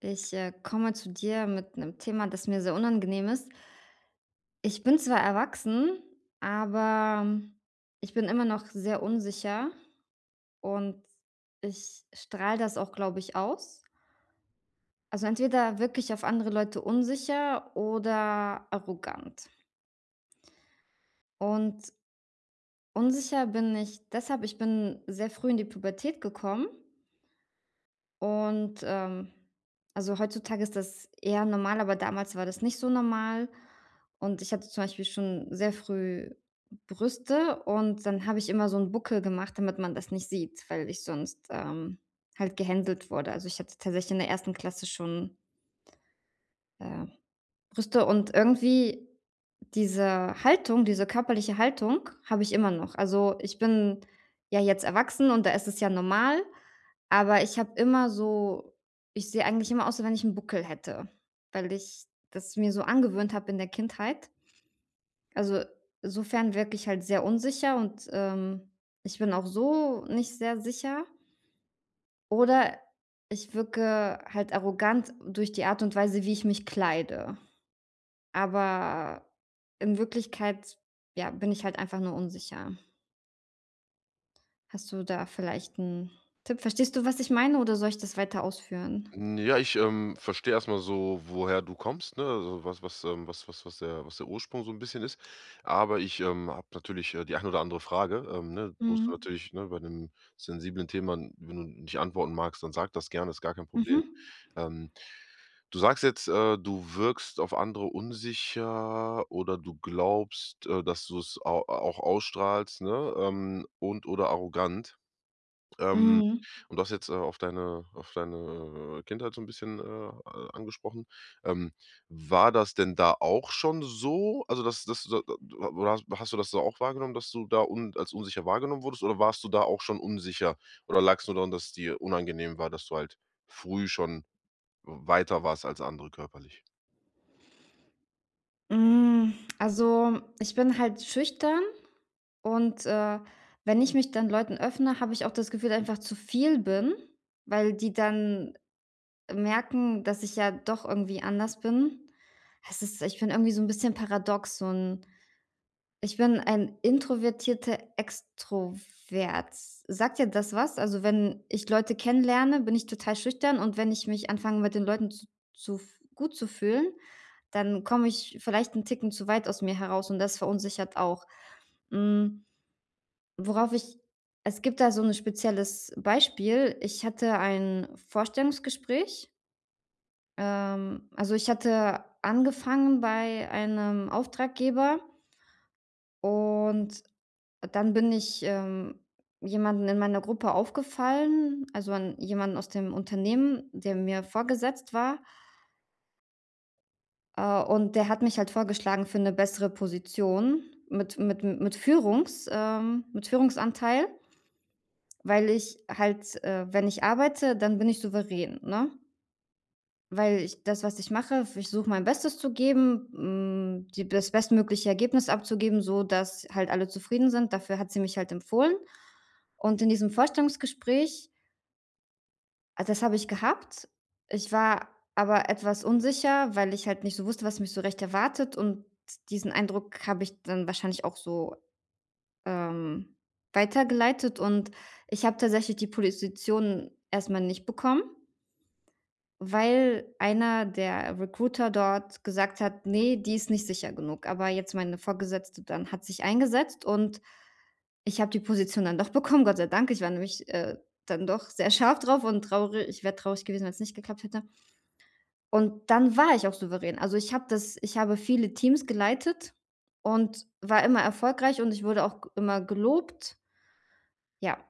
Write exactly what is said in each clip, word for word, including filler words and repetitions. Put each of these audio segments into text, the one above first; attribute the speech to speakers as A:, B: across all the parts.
A: Ich, äh, komme zu dir mit einem Thema, das mir sehr unangenehm ist. Ich bin zwar erwachsen, aber ich bin immer noch sehr unsicher und ich strahle das auch, glaube ich, aus. Also, entweder wirklich auf andere Leute unsicher oder arrogant. Und unsicher bin ich deshalb, ich bin sehr früh in die Pubertät gekommen. Und, ähm, also heutzutage ist das eher normal, aber damals war das nicht so normal. Und ich hatte zum Beispiel schon sehr früh Brüste und dann habe ich immer so einen Buckel gemacht, damit man das nicht sieht, weil ich sonst, ähm, halt gehänselt wurde. Also, ich hatte tatsächlich in der ersten Klasse schon, äh, Brüste, und irgendwie diese Haltung, diese körperliche Haltung habe ich immer noch. Also, ich bin ja jetzt erwachsen und da ist es ja normal, aber ich habe immer so, ich sehe eigentlich immer aus, wie wenn ich 'n Buckel hätte, weil ich das mir so angewöhnt habe in der Kindheit. Also, insofern wirke ich halt sehr unsicher und, ähm, ich bin auch so nicht sehr sicher, oder ich wirke halt arrogant durch die Art und Weise, wie ich mich kleide. Aber in Wirklichkeit, ja, bin ich halt einfach nur unsicher. Hast du da vielleicht 'n Tipp? Verstehst du, was ich meine, oder soll ich das weiter ausführen?
B: Hm, ja, ich, ähm, verstehe erstmal so, woher du kommst, ne? Also, was was, ähm was was was der was der Ursprung so ein bisschen ist. Aber ich, ähm, habe natürlich, äh, die ein oder andere Frage, ähm, ne? Du musst
A: Mhm.
B: natürlich, ne, bei einem sensiblen Thema n- wenn du nicht antworten magst, dann sag das gerne, ist gar kein Problem.
A: Mhm.
B: Ähm, Du sagst jetzt, äh, du wirkst auf andere unsicher oder du glaubst, äh, dass du's au auch ausstrahlst, ne, ähm, und oder arrogant. Ähm,
A: Mhm.
B: und du hast jetzt, äh, auf deine auf deine äh, Kindheit so ein bisschen, äh, a angesprochen. Ähm, war das denn da auch schon so? Also, das das du da da oder hast hast du das da auch wahrgenommen, dass du da un als unsicher wahrgenommen wurdest oder warst du da auch schon unsicher? Oder lag's nur daran, dass es dir unangenehm war, dass du halt früh schon weiter warst als andere körperlich?
A: Hm, also, ich bin halt schüchtern und, äh, wenn ich mich dann Leuten öffne, habe ich auch das Gefühl, dass ich einfach zu viel bin, weil die dann merken, dass ich ja doch irgendwie anders bin. Es ist Ich bin irgendwie so 'n bisschen paradox, so 'n ich bin ein introvertierter Extrovert. Sagt dir das was? Also, wenn ich Leute kennenlerne, bin ich total schüchtern, und wenn ich mich anfange, mit den Leuten zu zu f gut zu fühlen, dann komme ich vielleicht einen Ticken zu weit aus mir heraus, und das verunsichert auch. Hm, worauf ich es gibt da so ein spezielles Beispiel. Ich hatte ein Vorstellungsgespräch. Ähm, also, ich hatte angefangen bei einem Auftraggeber und dann bin ich, ähm, jemandem in meiner Gruppe aufgefallen, also an jemanden aus dem Unternehmen, der mir vorgesetzt war, äh, und der hat mich halt vorgeschlagen für eine bessere Position mit mit mit Führungs ähm, mit Führungsanteil, weil ich halt, äh wenn ich arbeite, dann bin ich souverän, ne? Weil ich das, was ich mache, ich suche mein Bestes zu geben, hm, die das bestmögliche Ergebnis abzugeben, so dass halt alle zufrieden sind. Dafür hat sie mich halt empfohlen. Und in diesem Vorstellungsgespräch, ah, das habe ich gehabt. Ich war aber etwas unsicher, weil ich halt nicht so wusste, was mich so recht erwartet, und diesen Eindruck habe ich dann wahrscheinlich auch so, ähm, weitergeleitet, und ich habe tatsächlich die Position erstmal nicht bekommen. Weil einer der Recruiter dort gesagt hat: „Nee, die ist nicht sicher genug.“ Aber jetzt meine Vorgesetzte dann hat sich eingesetzt, und ich habe die Position dann doch bekommen, Gott sei Dank. Ich war nämlich, äh, dann doch sehr scharf drauf, und traurig, ich wäre traurig gewesen, wenn es nicht geklappt hätte. Und dann war ich auch souverän. Also, ich habe das ich habe viele Teams geleitet und war immer erfolgreich, und ich wurde auch g immer gelobt. Ja,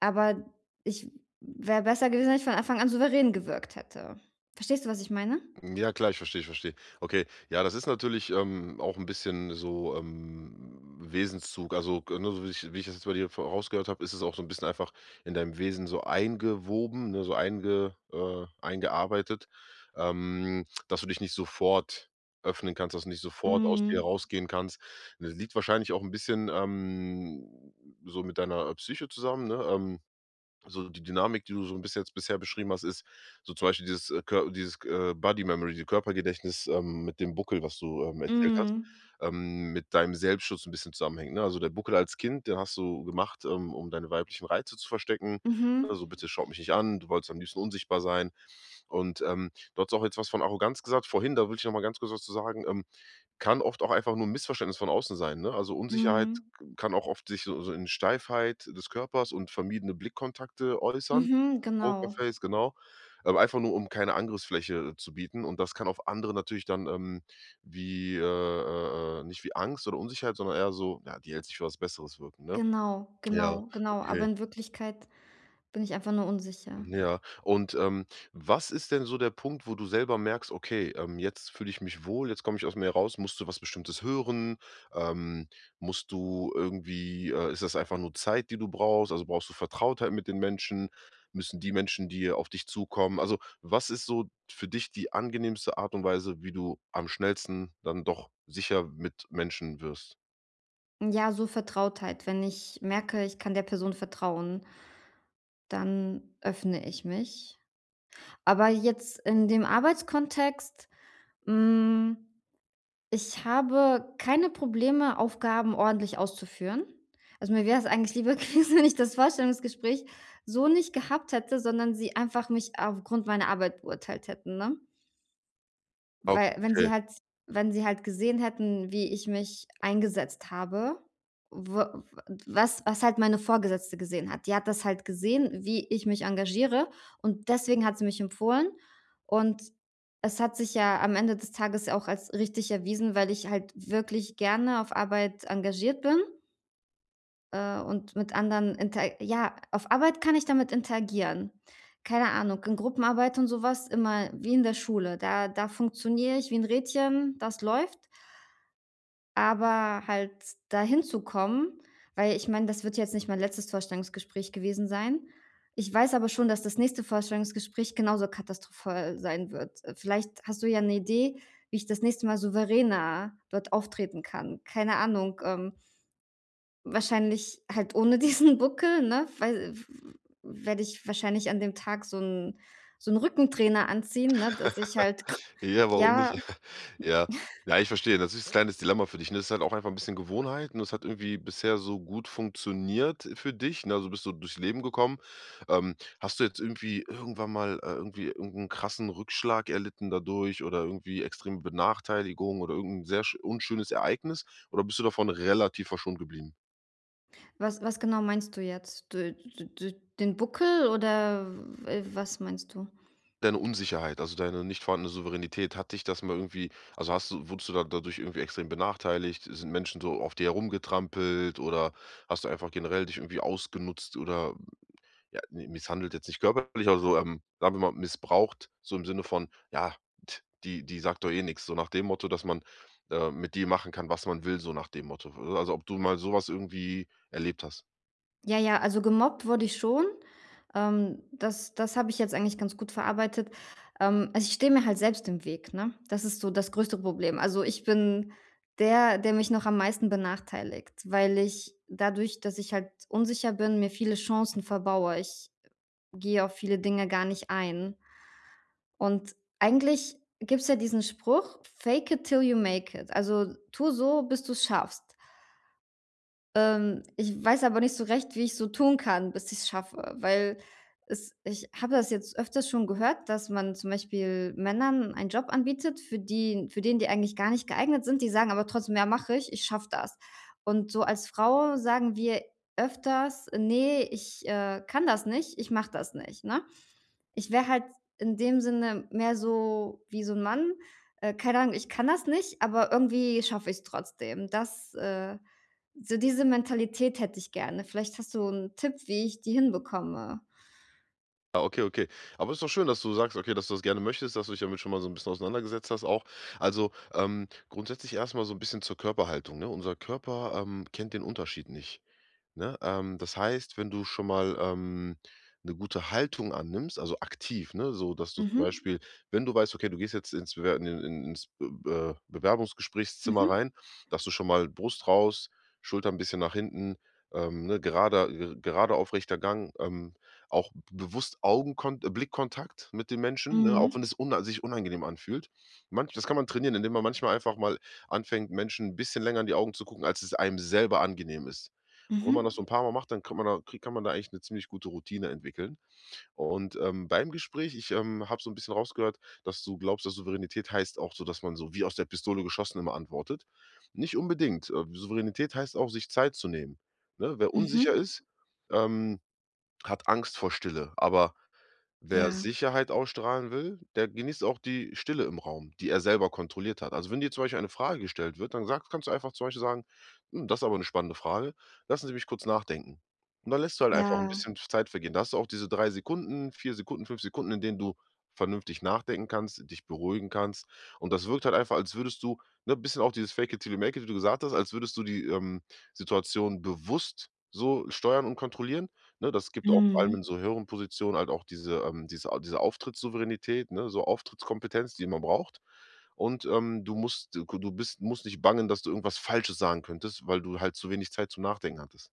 A: aber ich wäre besser gewesen, wenn ich von Anfang an souverän gewirkt hätte. Verstehst du, was ich meine?
B: Ja, klar, ich verstehe, ich verstehe. Okay, ja, das ist natürlich ähm, auch ein bisschen so ähm, Wesenszug. Also, äh, ne, so wie ich, wie ich das jetzt bei dir vorausgehört habe, ist es auch so ein bisschen einfach in deinem Wesen so eingewoben, ne, so einge, äh, eingearbeitet, ähm, dass du dich nicht sofort öffnen kannst, dass du nicht sofort aus dir
A: Mhm.
B: rausgehen kannst. Das liegt wahrscheinlich auch ein bisschen ähm, so mit deiner Psyche zusammen, ne? Ähm, so die Dynamik, die du so ein bisschen jetzt bisher beschrieben hast, ist so zum Beispiel dieses, äh, Kör dieses, äh, Body Memory, die Körpergedächtnis, ähm, mit dem Buckel, was du, ähm, erzählt hast,
A: Mhm.
B: ähm, mit deinem Selbstschutz ein bisschen zusammenhängt, ne? Also, der Buckel als Kind, den hast du gemacht, ähm, um deine weiblichen Reize zu verstecken.
A: Mhm.
B: Also „Bitte schaut mich nicht an.“ Du wolltest am liebsten unsichtbar sein. Und, ähm, du hattest auch jetzt was von Arroganz gesagt vorhin, da will ich noch mal ganz kurz was zu sagen. Ähm, kann oft auch einfach nur ein Missverständnis von außen sein, ne? Also, Unsicherheit
A: Mhm.
B: kann auch oft sich so so in Steifheit des Körpers und vermiedene Blickkontakte äußern,
A: Mhm.
B: so
A: Genau.
B: Pokerface, genau. Ähm, einfach nur, um keine Angriffsfläche äh, zu bieten und das kann auf andere natürlich dann, ähm, wie, äh, äh, äh nicht wie Angst oder Unsicherheit, sondern eher so: „Ja, die hält sich für was Besseres“ wirken, ne?
A: Genau,
B: Ja,
A: genau, genau. Aber
B: okay.
A: in Wirklichkeit bin ich einfach nur unsicher.
B: Ja, und, ähm, was ist denn so der Punkt, wo du selber merkst: „Okay, ähm, jetzt fühle ich mich wohl, jetzt komme ich aus mir raus.“ Musst du was Bestimmtes hören? Ähm, Musst du irgendwie äh, ist das einfach nur Zeit, die du brauchst? Also, brauchst du Vertrautheit mit den Menschen? Müssen die Menschen, die auf dich zukommen, also, was ist so für dich die angenehmste Art und Weise, wie du am schnellsten dann doch sicher mit Menschen wirst?
A: Ja, so Vertrautheit. Wenn ich merke, ich kann der Person vertrauen, dann öffne ich mich. Aber jetzt in dem Arbeitskontext, hm, ich habe keine Probleme, Aufgaben ordentlich auszuführen. Also, mir wäre es eigentlich lieber gewesen, wenn ich das Vorstellungsgespräch so nicht gehabt hätte, sondern sie einfach mich aufgrund meiner Arbeit beurteilt hätten, ne? Weil wenn sie
B: Okay.
A: halt, wenn sie halt gesehen hätten, wie ich mich eingesetzt habe, w was was halt meine Vorgesetzte gesehen hat. Die hat das halt gesehen, wie ich mich engagiere, und deswegen hat sie mich empfohlen, und es hat sich ja am Ende des Tages auch als richtig erwiesen, weil ich halt wirklich gerne auf Arbeit engagiert bin, äh, und mit anderen inter ja, auf Arbeit kann ich damit interagieren. Keine Ahnung, in Gruppenarbeit und sowas, immer wie in der Schule. Da da funktioniere ich wie ein Rädchen, das läuft. Aber halt dahin zu kommen, weil ich meine, das wird jetzt nicht mein letztes Vorstellungsgespräch gewesen sein. Ich weiß aber schon, dass das nächste Vorstellungsgespräch genauso katastrophal sein wird. Äh, vielleicht hast du ja eine Idee, wie ich das nächste Mal souveräner dort auftreten kann. Keine Ahnung, ähm, wahrscheinlich halt ohne diesen Buckel, ne, weil, äh, werde ich wahrscheinlich an dem Tag so 'n so 'n Rückentrainer anziehen, ne, dass ich halt
B: Ja, warum nicht?
A: ja,
B: Ja. Ja, ich verstehe. Das ist 'n kleines Dilemma für dich, ne? Das ist halt auch einfach ein bisschen Gewohnheit und das hat irgendwie bisher so gut funktioniert für dich, ne? Also, bist du durchs Leben gekommen. Ähm, hast du jetzt irgendwie irgendwann mal, äh, irgendwie irgendeinen krassen Rückschlag erlitten dadurch oder irgendwie extreme Benachteiligung oder irgendein sehr sch unschönes Ereignis oder bist du davon relativ verschont geblieben?
A: was was genau meinst du jetzt? D d d Den Buckel oder, w was meinst du?
B: Deine Unsicherheit, also deine nicht vorhandene Souveränität, hat dich das mal irgendwie, also hast du wurdest du da dadurch irgendwie extrem benachteiligt? Sind Menschen so auf dir herumgetrampelt oder hast du einfach generell dich irgendwie ausgenutzt oder, ja, ne, misshandelt jetzt nicht körperlich, aber so, ähm, sagen wir mal, missbraucht, so im Sinne von: „Ja, t- die die sagt doch eh nichts“, so nach dem Motto, dass man, äh, mit dir machen kann, was man will, so nach dem Motto. Also, ob du mal sowas irgendwie erlebt hast?
A: Ja, ja, also gemobbt wurde ich schon. Ähm, das das habe ich jetzt eigentlich ganz gut verarbeitet. Ähm, also ich stehe mir halt selbst im Weg, ne? Das ist so das größte Problem. Also ich bin der, der mich noch am meisten benachteiligt, weil ich dadurch, dass ich halt unsicher bin, mir viele Chancen verbaue. Ich gehe auf viele Dinge gar nicht ein. Und eigentlich gibt's ja diesen Spruch, fake it till you make it. Also tu so, bis du's schaffst. Ähm, ich weiß aber nicht so recht, wie ich so tun kann, bis ich es schaffe, weil es ich habe das jetzt öfters schon gehört, dass man zum Beispiel Männern einen Job anbietet, für die, für den die eigentlich gar nicht geeignet sind. Die sagen aber trotzdem: „Ja, mache ich, ich schaffe das.“ Und so als Frau sagen wir öfters: „Nee, ich, äh, kann das nicht, ich mache das nicht“, ne? Ich wäre halt in dem Sinne mehr so wie so ein Mann, äh, keine Ahnung, ich kann das nicht, aber irgendwie schaffe ich's trotzdem. Das, äh so diese Mentalität hätte ich gerne. Vielleicht hast du 'n Tipp, wie ich die hinbekomme.
B: Ah, okay, okay. Aber ist doch schön, dass du sagst, okay, dass du das gerne möchtest, dass du dich damit schon mal so ein bisschen auseinandergesetzt hast auch. Also, ähm, grundsätzlich erst mal so ein bisschen zur Körperhaltung, ne? Unser Körper, ähm, kennt den Unterschied nicht. Ne? Ähm, das heißt, wenn du schon mal, ähm, 'ne gute Haltung annimmst, also aktiv, ne, so dass du zum
A: Mhm.
B: Beispiel, wenn du weißt, okay, du gehst jetzt ins Bewer in in ins Be äh, Bewerbungsgesprächszimmer
A: Mhm.
B: rein, dass du schon mal Brust raus, Schulter ein bisschen nach hinten, ähm, ne, gerader ge gerade aufrechter Gang, ähm, auch bewusst Augenkon äh, Blickkontakt mit den Menschen, ne, auch wenn
A: Mhm.
B: es una sich unangenehm anfühlt. Manch Das kann man trainieren, indem man manchmal einfach mal anfängt, Menschen ein bisschen länger in die Augen zu gucken, als es einem selber angenehm ist. Und wenn man das so 'n
A: Mhm.
B: paar Mal macht, dann kommt man da kriegt kann man da eigentlich 'ne ziemlich gute Routine entwickeln. Und, ähm, beim Gespräch ich, ähm, habe so 'n bisschen rausgehört, dass du glaubst, dass Souveränität heißt auch so, dass man so wie aus der Pistole geschossen immer antwortet. Nicht unbedingt. Äh, Souveränität heißt auch, sich Zeit zu nehmen, ne? Wer unsicher
A: Mhm.
B: ist, ähm, hat Angst vor Stille. Aber wer
A: Ja.
B: Sicherheit ausstrahlen will, der genießt auch die Stille im Raum, die er selber kontrolliert hat. Also wenn dir zum Beispiel eine Frage gestellt wird, dann sagst kannst du einfach zum Beispiel sagen: „Hm, das ist aber eine spannende Frage. Lassen Sie mich kurz nachdenken.“ Und dann lässt du halt einfach ein
A: Ja.
B: bisschen Zeit vergehen. Da hast du auch diese drei Sekunden, vier Sekunden, fünf Sekunden, in denen du vernünftig nachdenken kannst, dich beruhigen kannst. Und das wirkt halt einfach, als würdest du, ne, ein bisschen auch dieses Fake it till you make it, wie du gesagt hast, als würdest du die, ähm, Situation bewusst so steuern und kontrollieren. Ne, das gibt auch vor allem in
A: Mhm.
B: so höheren Positionen halt auch diese, ähm diese A diese Auftrittssouveränität, ne, so Auftrittskompetenz, die man braucht. Und, ähm, du musst du du bist musst nicht bangen, dass du irgendwas Falsches sagen könntest, weil du halt zu wenig Zeit zum Nachdenken hattest.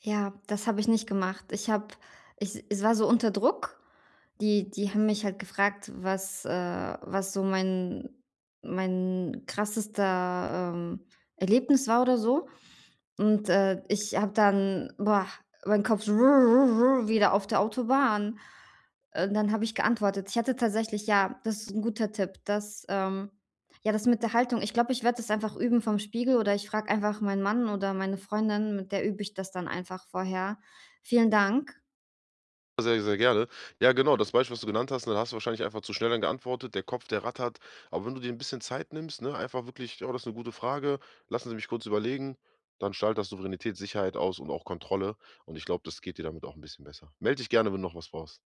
A: Ja, das habe ich nicht gemacht. Ich habe ich, es war so unter Druck. Die die haben mich halt gefragt, was, äh was so mein mein krassester, ähm, Erlebnis war oder so. Und, äh, ich habe dann, boah, mein Kopf so wieder auf der Autobahn. Äh, dann habe ich geantwortet. Ich hatte tatsächlich Ja, das ist ein guter Tipp, dass, ähm ja, das mit der Haltung. Ich glaube, ich werde das einfach üben vom Spiegel, oder ich frage einfach meinen Mann oder meine Freundin, mit der übe ich das dann einfach vorher. Vielen Dank.
B: Sehr, sehr gerne. Ja, genau, das Beispiel, was du genannt hast, ne, da hast du wahrscheinlich einfach zu schnell dann geantwortet, der Kopf, der rattert. Aber wenn du dir ein bisschen Zeit nimmst, ne, einfach wirklich: „Oh, das ist eine gute Frage, lassen Sie mich kurz überlegen“, dann strahlt das Souveränität, Sicherheit aus und auch Kontrolle. Und ich glaube, das geht dir damit auch ein bisschen besser. Melde dich gerne, wenn du noch was brauchst.